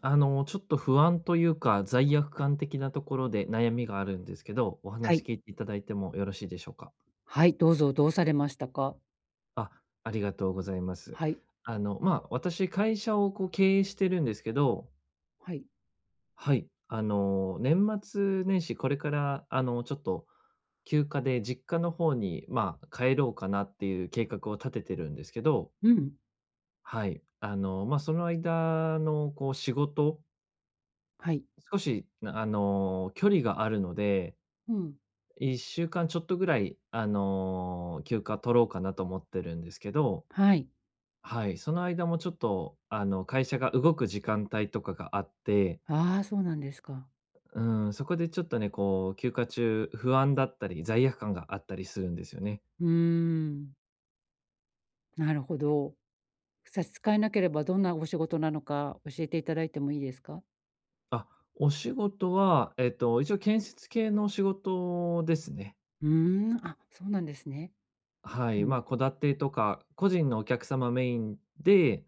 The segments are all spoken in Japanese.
ちょっと不安というか、罪悪感的なところで悩みがあるんですけど、おは話い。聞いていただいてもよろしいでしょうか？はい、どうぞ、どうされましたか？あ、ありがとうございます。はい、私会社をこう経営してるんですけど。はい。はい、年末年始これから、ちょっと休暇で実家の方に、帰ろうかなっていう計画を立ててるんですけど、うん、はい、その間のこう仕事、はい。少し、距離があるので、うん、1週間ちょっとぐらい、休暇取ろうかなと思ってるんですけど、はい。はい、その間もちょっと、会社が動く時間帯とかがあって、ああ、そうなんですか。うん、そこでちょっとね、こう、休暇中、不安だったり、罪悪感があったりするんですよね。うーん、なるほど。差し支えなければどんなお仕事なのか教えていただいてもいいですか？あ、お仕事は、一応建設系の仕事ですね。うーん、あ、そうなんですね。はうい、ん、戸建てとか、個人のお客様メインで、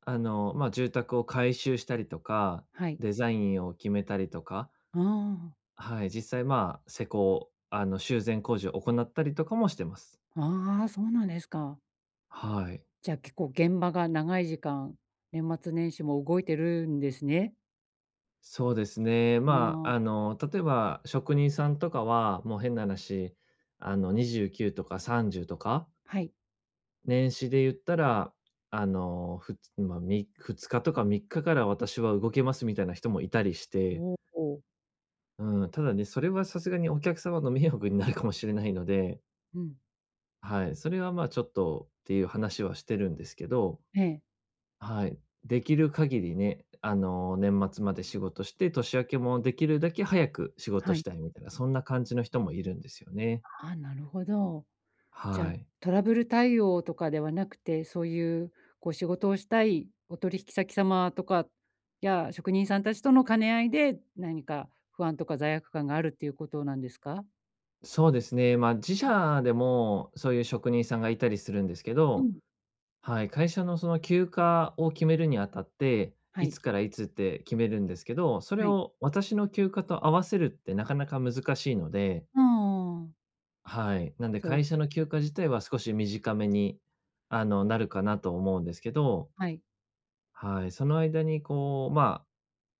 住宅を改修したりとか、はい。デザインを決めたりとか、あはい、実際、まあ、施工、修繕工事を行ったりとかもしてます。あ、ああ、そうなんですか。はい。じゃあ結構現場が長い時間、年末年始も動いてるんですね。そうですね。うーん、例えば職人さんとかは、もう変な話、29とか30とか、はい。年始で言ったら、あの、ふつまあ、み2日とか3日かから私は動けますみたいな人もいたりして、おお、うん、ただね、それはさすがにお客様の迷惑になるかもしれないので、うん、はい、それはまあちょっとっていう話はしてるんですけど、ええ、はい。できる限りね、年末まで仕事して、年明けもできるだけ早く仕事はしい。たいみたいな、そんな感じの人もいるんですよね。ああ、なるほど。じゃ、あはい。トラブル対応とかではなくて、そういうこう仕事をしたいお取引先様とかや職人さんたちとの兼ね合いで、何か不安とか罪悪感があるっていうことなんですか？そうですね。自社でもそういう職人さんがいたりするんですけうど、ん。はい、会社のその休暇を決めるにあたって、はいい、つからいつって決めるんですけど、それはい。を私の休暇と合わせるってなかなか難しいので、ああ、はい。なんでそう会で社す。の休暇自体は少し短めに、なるかなと思うんですけど、はい、はい、その間にこう、ま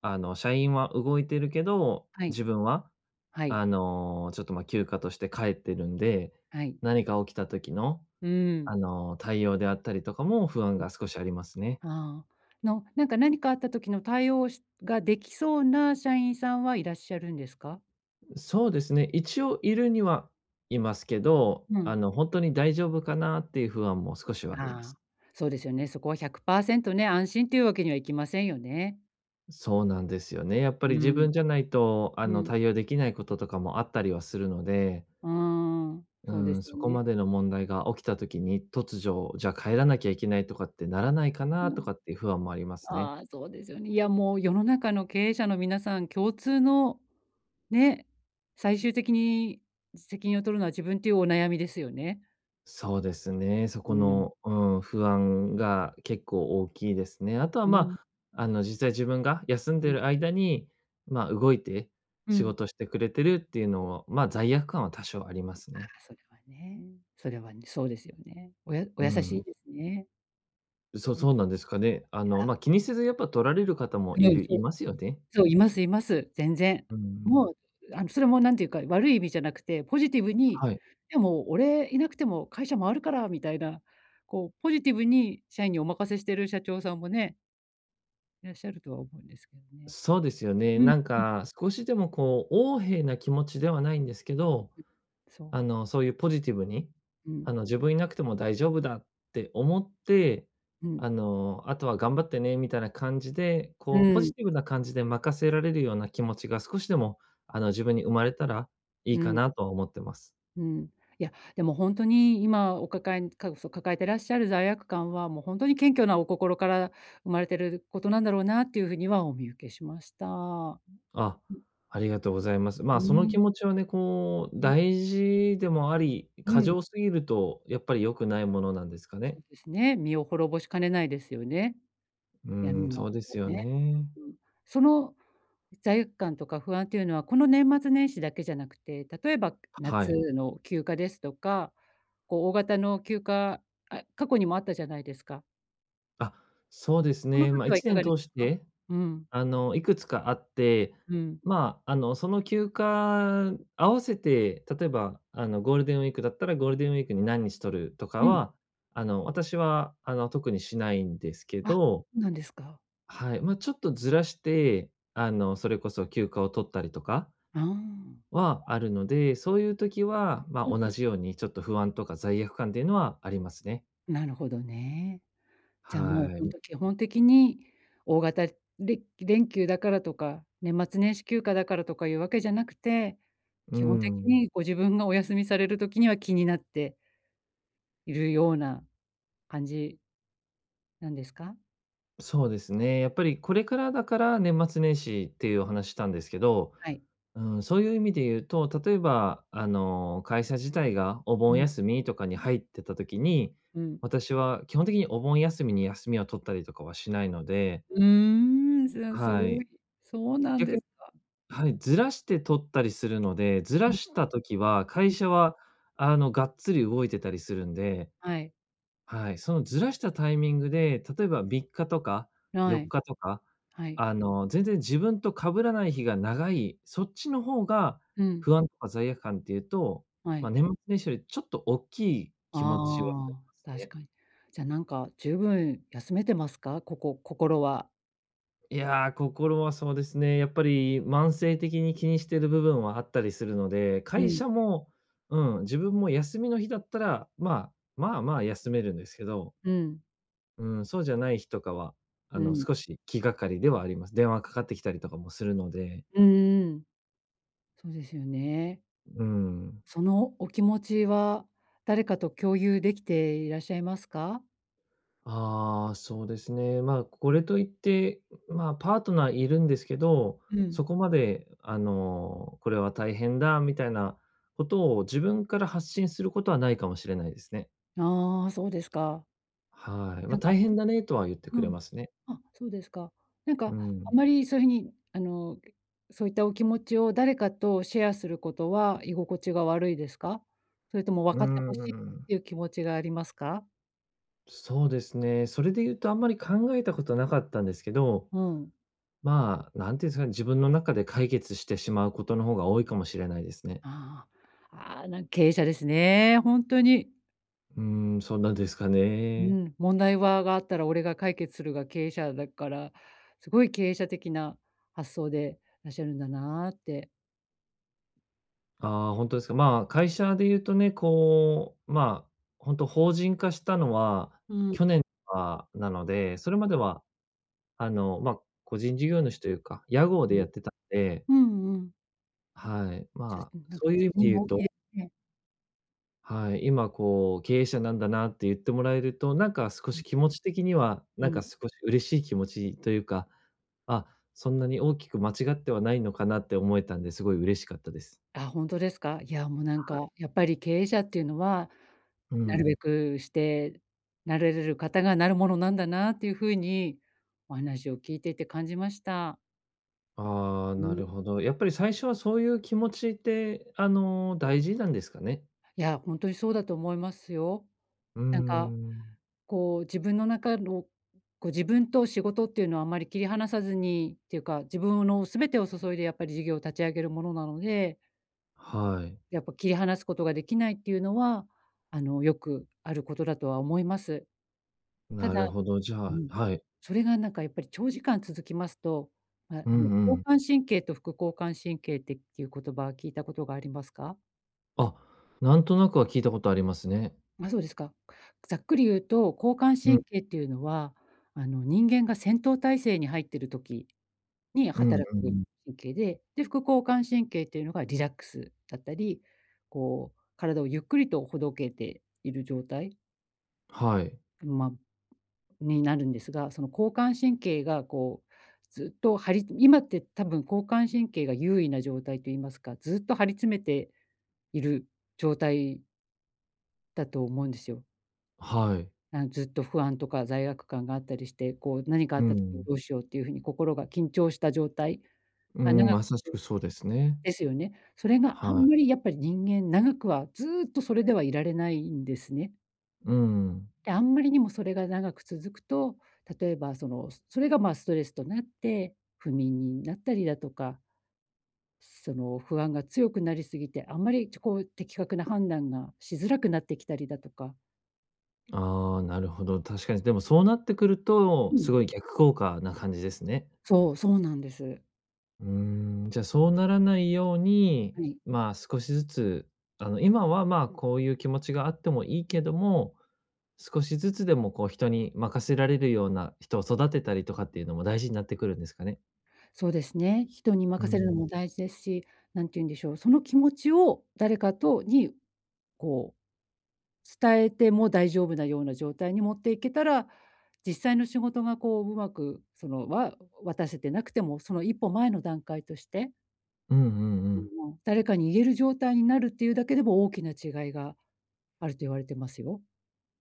あ、あの、社員は動いてるけど、はい、自分は、はい、ちょっと、休暇として帰ってるんで、はい。何か起きた時の、うん。対応であったりとかも不安うん、が少しありますね。ああ。の、なんか何かあった時の対応しができそうな社員さんはいらっしゃるんですか？そうですね、一応いるにはいますけど、うん。本当に大丈夫かなっていう不安も少しはありまあす。あ、そうですよね。そこは100%ね、安心というわけにはいきませんよね。そうなんですよね。やっぱりう自ん。分じゃないと、うん。対応できないこととかもあったりはするので、うーん、そうでうん、すよそこね。までの問題が起きた時に、突如、じゃあ帰らなきゃいけないとかってならないかうなとん。かっていう不安もありますね。ああ、そうですよね。いや、もう世の中の経営者の皆さん共通の、ね、最終的に責任を取るのは自分というお悩みですよね。そうですね。そうこん。の、うん、不安が結構大きいですね。あとは、うん。実際自分が休んうでん。る間に、動いてう仕ん。事してくれてるっていうのは、罪悪感は多少ありますあね。あ、それはね。それはね、そうですよね。おやおう優しいん。ですね。そう本そう当なに。んですかね。あ、気にせずやっぱ取られる方もうん、そいうますよね。そう、いますいます、全然。うもん。う、それもなんていうか、悪い意味じゃなくて、ポジティブに、はい。でも俺いなくても会社回るからみたいな、こうポジティブに社員にお任せしてる社長さんもね、いらっしゃるとは思うんですけどね。そうですよね。うん。なんか、少しでもこう、横柄な気持ちではないんですけど、そう。そういうポジティブに、うん、自分いなくても大丈夫だって思って、うん、あとは頑張ってねみたいな感じで、うこう、ポジん、ティブな感じで任せられるような気持ちが少しでも、自分に生まれたらいいうかん、なとは思ってます。うん。いや、でもほんとに今お抱えかそう、抱えてらっしゃる罪悪感は、もうほんとに謙虚なお心から生まれてることなんだろうなっていう風にはお見受けしました。あ、ありがとうございます。うまうあ、そのーん。気持ちはね、こう、大事でもあり、う過ん、剰すぎるとやっぱり良くないものなんですかそね？うですね。身を滅ぼしかねないですよね、う闇ん、は、そうでそすうよね。ね。うん。その罪悪感とか不安というのは、この年末年始だけじゃなくて、例えばは夏い。の休暇ですとか、こう大型の休暇、あ、過去にもあったじゃないですか。あ、そうですこのね。まあ、時はい1か年がでし通したか？て、うん、いくつかあって、うん、その休暇合わせて、例えば、ゴールデンウィークだったらゴールデンウィークに何日取るとかうん。は、私は、特にしないんですけあ、そど、うなんですか。はい、ちょっとずらして、それこそ休暇を取ったりとかああ、はあるので、そういう時は、なるほ同ど、じようにちょっと不安とか罪悪感っていうのはありますね。なるほどね。じゃあ、もうは本い。当基本的に大型れ連休だからとか、年末年始休暇だからとかいうわけじゃなくて、う基本的ん、にご自分がお休みされる時には気になっているような感じなんですか？そうですね。やっぱりこれからだから年末年始っていうお話したんですけど、はい。うん、そういう意味で言うと、例えば、会社自体がおう盆ん、休みとかに入ってた時に、うん。私は基本的にお盆休みに休みを取ったりとかはしないので、うーん、すすはごい。い。そうなん逆でに、すか。はい、ずらして取ったりするので、ずうらんした時はう会ん。社は、がっつり動いてたりするんで、はい。はい、そのずらしたタイミングで、例えば3日とかは4い。日とか、はい。全然自分と被らない日が長い、そっちの方がうん、不安とか罪悪感っていうと、はま、い。年末年始よりちょっと大きい気持ちはあありあ、ます確ね。かに。じゃ、あなんか十分休めてますか？ここ心は。いや、心はそうですね、やっぱり慢性的に気にしてる部分はあったりするので、う会ん、社も、うん、自分も休みの日だったら、まあ、まあまあ休めるんですけど、うん、うん、そうじゃない日とかは、うん。少し気がかりではあります。電話かかってきたりとかもするので、うんそうですよね。うん。そのお気持ちは誰かと共有できていらっしゃいますか？ああ、そうですね。まあ、これといって、まあ、パートナーいるんですけど、うん。そこまで、これは大変だみたいなことを自分から発信することはないかもしれないですね。ああ、そうですか。はい。まなあ、んか大変だねとは言ってうくれん。ますね。あ、そうですか。なんかうあん。まりそういうふうにそういったお気持ちを誰かとシェアすることは居心地が悪いですか？それとも分うーかってほしいっん。ていう気持ちがありますか？そうですね。それで言うとあんまり考えたことなかったんですけど、うん。まあ、なんていうんですかね、自分の中で解決してしまうことの方が多いかもしれないですね。ああ。ああ、なんか経営者ですね、本当に。うーん、そうなんですかうね。ん、問題はがあったら俺が解決するが経営者だから、すごい経営者的な発想でいらっしゃるんだなって。ああ、本当ですか。まあ、会社で言うとね、こう、まあ、本当法人化したのは、うん。去年はなので、それまでは、あの、まあ、個人事業主というか、屋号うでやっん。てたんで、うんうん。はい、ちょっまあ、となんかそういう意責味で任言もう大きいと、ですね。はい、今こう、経営者なんだなって言ってもらえると、なんか少し気持ち的には、うなんかん。少し嬉しい気持ちというか、あ、そんなに大きく間違ってはないのかなって思えたんで、すごい嬉しかったです。あ、本当ですか？いや、もうなんはい。かやっぱり経営者っていうのは、うなるん。べくしてなれれる方がなるものなんだなっていう風にお話を聞いていて感じました。ああ、うなん。るほど。やっぱり最初はそういう気持ちって、大事なんですかね？いや、本当にそうだと思いますよ。うーなん。かん。こう、自分の中の、こう、自分と仕事っていうのはあまり切り離さずにっていうか、自分の全てを注いでやっぱり事業を立ち上げるものなので、はい。やっぱ切り離すことができないっていうのは、よくあることだとは思います。たなだるほど、じゃうあん、はい。それがなんかやっぱり長時間続きますと、うんう交ん。感神経と副交感神経ってっていう言葉は聞いたことがありますか？あ、なんとなくは聞いたことありますね。あ、そうですか。ざっくり言うと、交感うん、神経っていうのは、人間が戦闘態勢に入ってる時にうん働うんうくん。神経で、で、副交感神経っていうのがリラックスだったり、こう体をゆっくりとほどけている状態、はい。ま、になるんですが、その交感神経がこうずっと張り今って多分交感神経が優位な状態と言いますか、ずっと張り詰めている状態だと思うんですよ。はい。ずっと不安とか罪悪感があったりして、こう何かあうった時にん。どうしようっていう風に心が緊張した状態うがん、長まさしくそうですね。ですよね。それがあんはい。まりやっぱり人間長くはずーっとそれではいられないんですね。うん。で、あんまりにもそれが長く続くと、例えばその、それが、ま、あストレスとなって、不眠になったりだとか、その不安が強くなりすぎて、あんまりこう的確な判断がしづらくなってきたりだとか。ああ、なるほど、確かに。でもそうなってくるうと、すん。ごい逆効果な感じですね。そう、そうなんです。うーん、じゃあそうならないように、はい。まあ、少しずつ、今は、まあ、こういう気持ちがあってもいいけども、少しずつでもこう人に任せられるような人を育てたりとかっていうのも大事になってくるんですかね。そうですね。人にう任せるのん。も大事ですし、なんて言うんでしょう、その気持ちを誰かとにこう伝えても大丈夫なような状態に持っていけたら、実際の仕事がこう、うまくその、わ渡せてなくても、その一歩前の段階として、うんうんううん。んうん。誰かに言える状態になるっていうだけでも大きな違いがあると言われてますよ。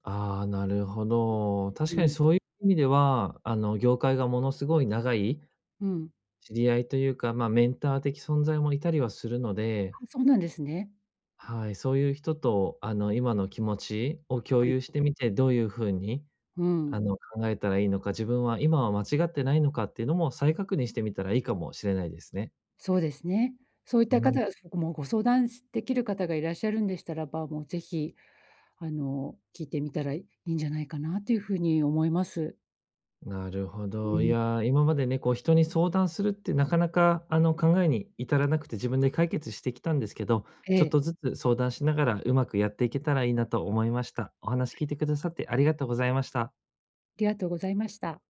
ああ、なるほど。う確かにん。そういう意味では、業界がものすごい長いうん。知り合いというか、まあ、メンター的存在もいたりはするので、あ、そうなんですね。はい、そういう人と、今の気持ちを共はい。有してみて、どういう風に、うん、考えたらいいのか、自分は今は間違ってないのかっていうのも再確認してみたらいいかもしれないですね。そうですね。そういっうたん、方がごもうご相談しできる方がいらっしゃるんでしたらば、もうぜひ、聞いてみたらいいんじゃないかなというふうに思います。なるほうど。いん。やー、今までね、こう人に相談するってなかなか、考えに至らなくて自分で解決してきたんですけど、えちょっえ。とずつ相談しながらうまくやっていけたらいいなと思いました。お話聞いてくださってありがとうございました。りがとうございました。